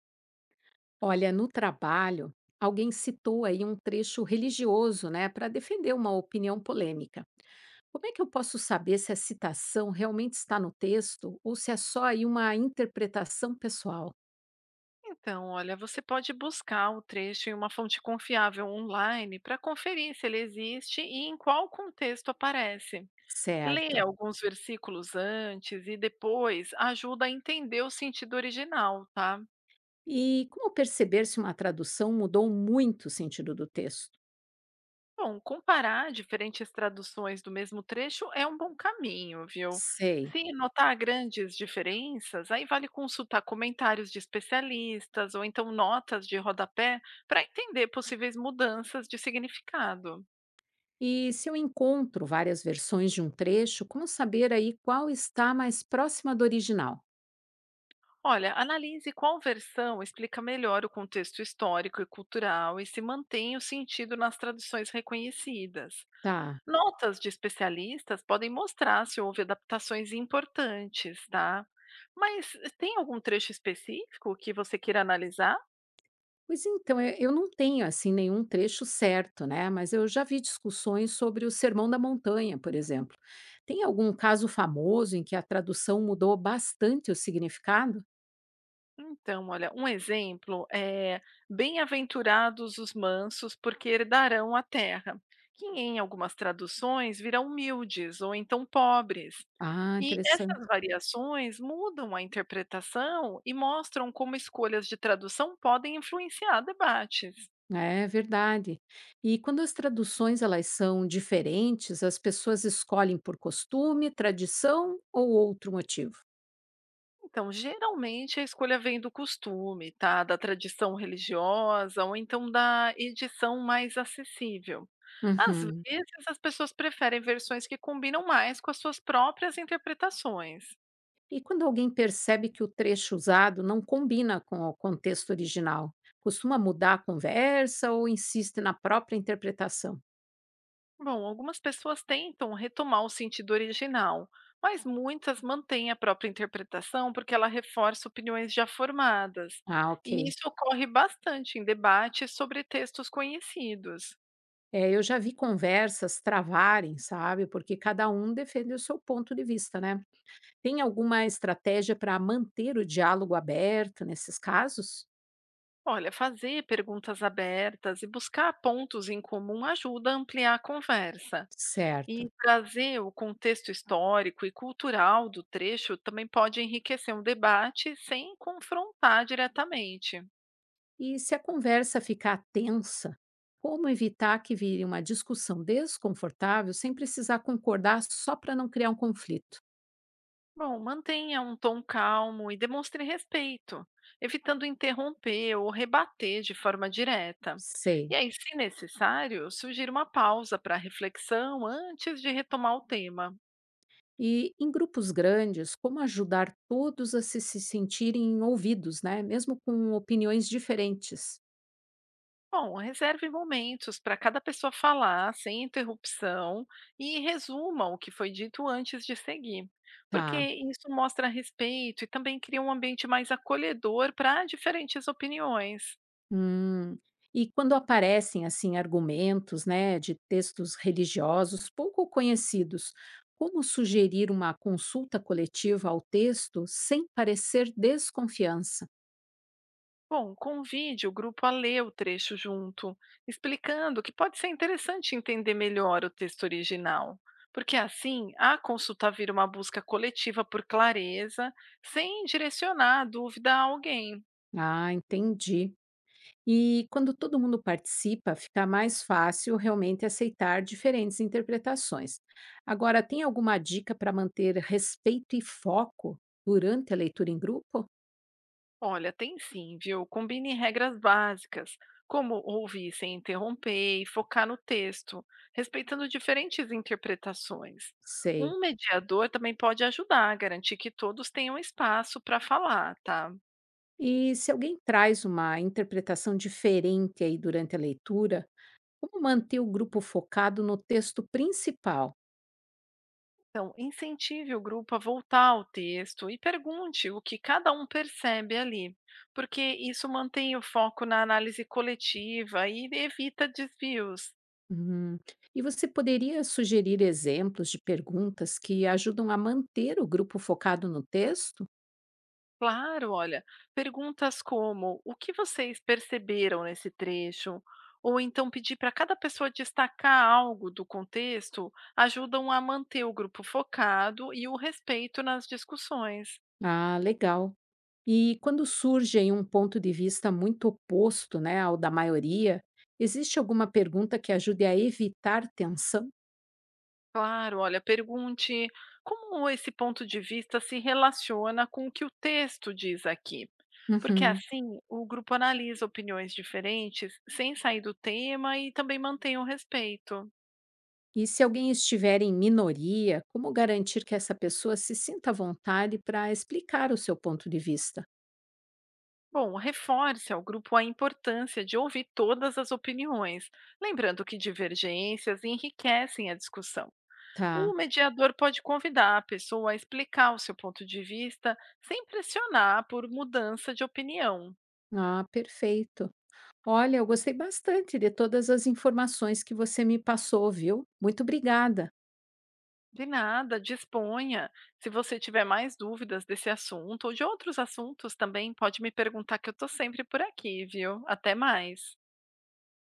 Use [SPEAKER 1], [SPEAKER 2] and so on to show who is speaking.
[SPEAKER 1] Olha, no trabalho, alguém citou aí um trecho religioso, né, para defender uma opinião polêmica. Como é que eu posso saber se a citação realmente está no texto ou se é só aí uma interpretação pessoal?
[SPEAKER 2] Então, olha, você pode buscar o trecho em uma fonte confiável online para conferir se ele existe e em qual contexto aparece. Ler
[SPEAKER 1] Certo.
[SPEAKER 2] alguns versículos antes e depois ajuda a entender o sentido original, tá?
[SPEAKER 1] E como perceber se uma tradução mudou muito o sentido do texto?
[SPEAKER 2] Bom, comparar diferentes traduções do mesmo trecho é um bom caminho, viu?
[SPEAKER 1] Sei.
[SPEAKER 2] Se notar grandes diferenças, aí vale consultar comentários de especialistas ou então notas de rodapé para entender possíveis mudanças de significado.
[SPEAKER 1] E se eu encontro várias versões de um trecho, como saber aí qual está mais próxima do original?
[SPEAKER 2] Olha, analise qual versão explica melhor o contexto histórico e cultural e se mantém o sentido nas traduções reconhecidas.
[SPEAKER 1] Tá.
[SPEAKER 2] Notas de especialistas podem mostrar se houve adaptações importantes, tá? Mas tem algum trecho específico que você queira analisar?
[SPEAKER 1] Pois então, eu não tenho, assim, nenhum trecho certo, né, mas eu já vi discussões sobre o Sermão da Montanha, por exemplo. Tem algum caso famoso em que a tradução mudou bastante o significado?
[SPEAKER 2] Então, olha, um exemplo é bem-aventurados os mansos, porque herdarão a terra, que em algumas traduções viram humildes ou então pobres.
[SPEAKER 1] Ah,
[SPEAKER 2] E essas
[SPEAKER 1] interessante.
[SPEAKER 2] variações mudam a interpretação e mostram como escolhas de tradução podem influenciar debates.
[SPEAKER 1] É verdade. E quando as traduções elas são diferentes, as pessoas escolhem por costume, tradição ou outro motivo?
[SPEAKER 2] Então, geralmente a escolha vem do costume, tá? Da tradição religiosa ou então da edição mais acessível. Às
[SPEAKER 1] Uhum.
[SPEAKER 2] vezes as pessoas preferem versões que combinam mais com as suas próprias interpretações.
[SPEAKER 1] E quando alguém percebe que o trecho usado não combina com o contexto original, costuma mudar a conversa ou insiste na própria interpretação?
[SPEAKER 2] Bom, algumas pessoas tentam retomar o sentido original, mas muitas mantêm a própria interpretação porque ela reforça opiniões já formadas.
[SPEAKER 1] Ah,
[SPEAKER 2] E
[SPEAKER 1] ok.
[SPEAKER 2] isso ocorre bastante em debates sobre textos conhecidos.
[SPEAKER 1] É, eu já vi conversas travarem, sabe? Porque cada um defende o seu ponto de vista, né? Tem alguma estratégia para manter o diálogo aberto nesses casos?
[SPEAKER 2] Olha, fazer perguntas abertas e buscar pontos em comum ajuda a ampliar a conversa.
[SPEAKER 1] Certo.
[SPEAKER 2] E trazer o contexto histórico e cultural do trecho também pode enriquecer o debate sem confrontar diretamente.
[SPEAKER 1] E se a conversa ficar tensa, como evitar que vire uma discussão desconfortável sem precisar concordar só para não criar um conflito?
[SPEAKER 2] Bom, mantenha um tom calmo e demonstre respeito, evitando interromper ou rebater de forma direta.
[SPEAKER 1] Sei.
[SPEAKER 2] E aí, se necessário, sugira uma pausa para reflexão antes de retomar o tema.
[SPEAKER 1] E em grupos grandes, como ajudar todos a se sentirem ouvidos, né? Mesmo com opiniões diferentes.
[SPEAKER 2] Bom, reserve momentos para cada pessoa falar, sem interrupção, e resuma o que foi dito antes de seguir, porque
[SPEAKER 1] Tá.
[SPEAKER 2] isso mostra respeito e também cria um ambiente mais acolhedor para diferentes opiniões.
[SPEAKER 1] Hum. E quando aparecem assim argumentos, né, de textos religiosos pouco conhecidos, como sugerir uma consulta coletiva ao texto sem parecer desconfiança?
[SPEAKER 2] Bom, convide o grupo a ler o trecho junto, explicando que pode ser interessante entender melhor o texto original, porque assim a consulta vira uma busca coletiva por clareza, sem direcionar a dúvida a alguém.
[SPEAKER 1] Ah, entendi. E quando todo mundo participa, fica mais fácil realmente aceitar diferentes interpretações. Agora, tem alguma dica para manter respeito e foco durante a leitura em grupo?
[SPEAKER 2] Olha, tem sim, viu? Combine regras básicas, como ouvir sem interromper e focar no texto, respeitando diferentes interpretações.
[SPEAKER 1] Sei.
[SPEAKER 2] Um mediador também pode ajudar a garantir que todos tenham espaço para falar, tá?
[SPEAKER 1] E se alguém traz uma interpretação diferente aí durante a leitura, como manter o grupo focado no texto principal?
[SPEAKER 2] Então, incentive o grupo a voltar ao texto e pergunte o que cada um percebe ali, porque isso mantém o foco na análise coletiva e evita desvios.
[SPEAKER 1] Hum, E você poderia sugerir exemplos de perguntas que ajudam a manter o grupo focado no texto?
[SPEAKER 2] Claro, olha, perguntas como: o que vocês perceberam nesse trecho? Ou então pedir para cada pessoa destacar algo do contexto ajudam a manter o grupo focado e o respeito nas discussões.
[SPEAKER 1] Ah, legal. E quando surge aí um ponto de vista muito oposto, né, ao da maioria, existe alguma pergunta que ajude a evitar tensão?
[SPEAKER 2] Claro, olha, pergunte como esse ponto de vista se relaciona com o que o texto diz aqui. Porque
[SPEAKER 1] Uhum.
[SPEAKER 2] assim o grupo analisa opiniões diferentes sem sair do tema e também mantém o respeito.
[SPEAKER 1] E se alguém estiver em minoria, como garantir que essa pessoa se sinta à vontade para explicar o seu ponto de vista?
[SPEAKER 2] Bom, reforce ao grupo a importância de ouvir todas as opiniões, lembrando que divergências enriquecem a discussão.
[SPEAKER 1] Tá.
[SPEAKER 2] O mediador pode convidar a pessoa a explicar o seu ponto de vista sem pressionar por mudança de opinião.
[SPEAKER 1] Ah, perfeito. Olha, eu gostei bastante de todas as informações que você me passou, viu? Muito obrigada.
[SPEAKER 2] De nada, disponha. Se você tiver mais dúvidas desse assunto ou de outros assuntos também, pode me perguntar que eu estou sempre por aqui, viu? Até mais.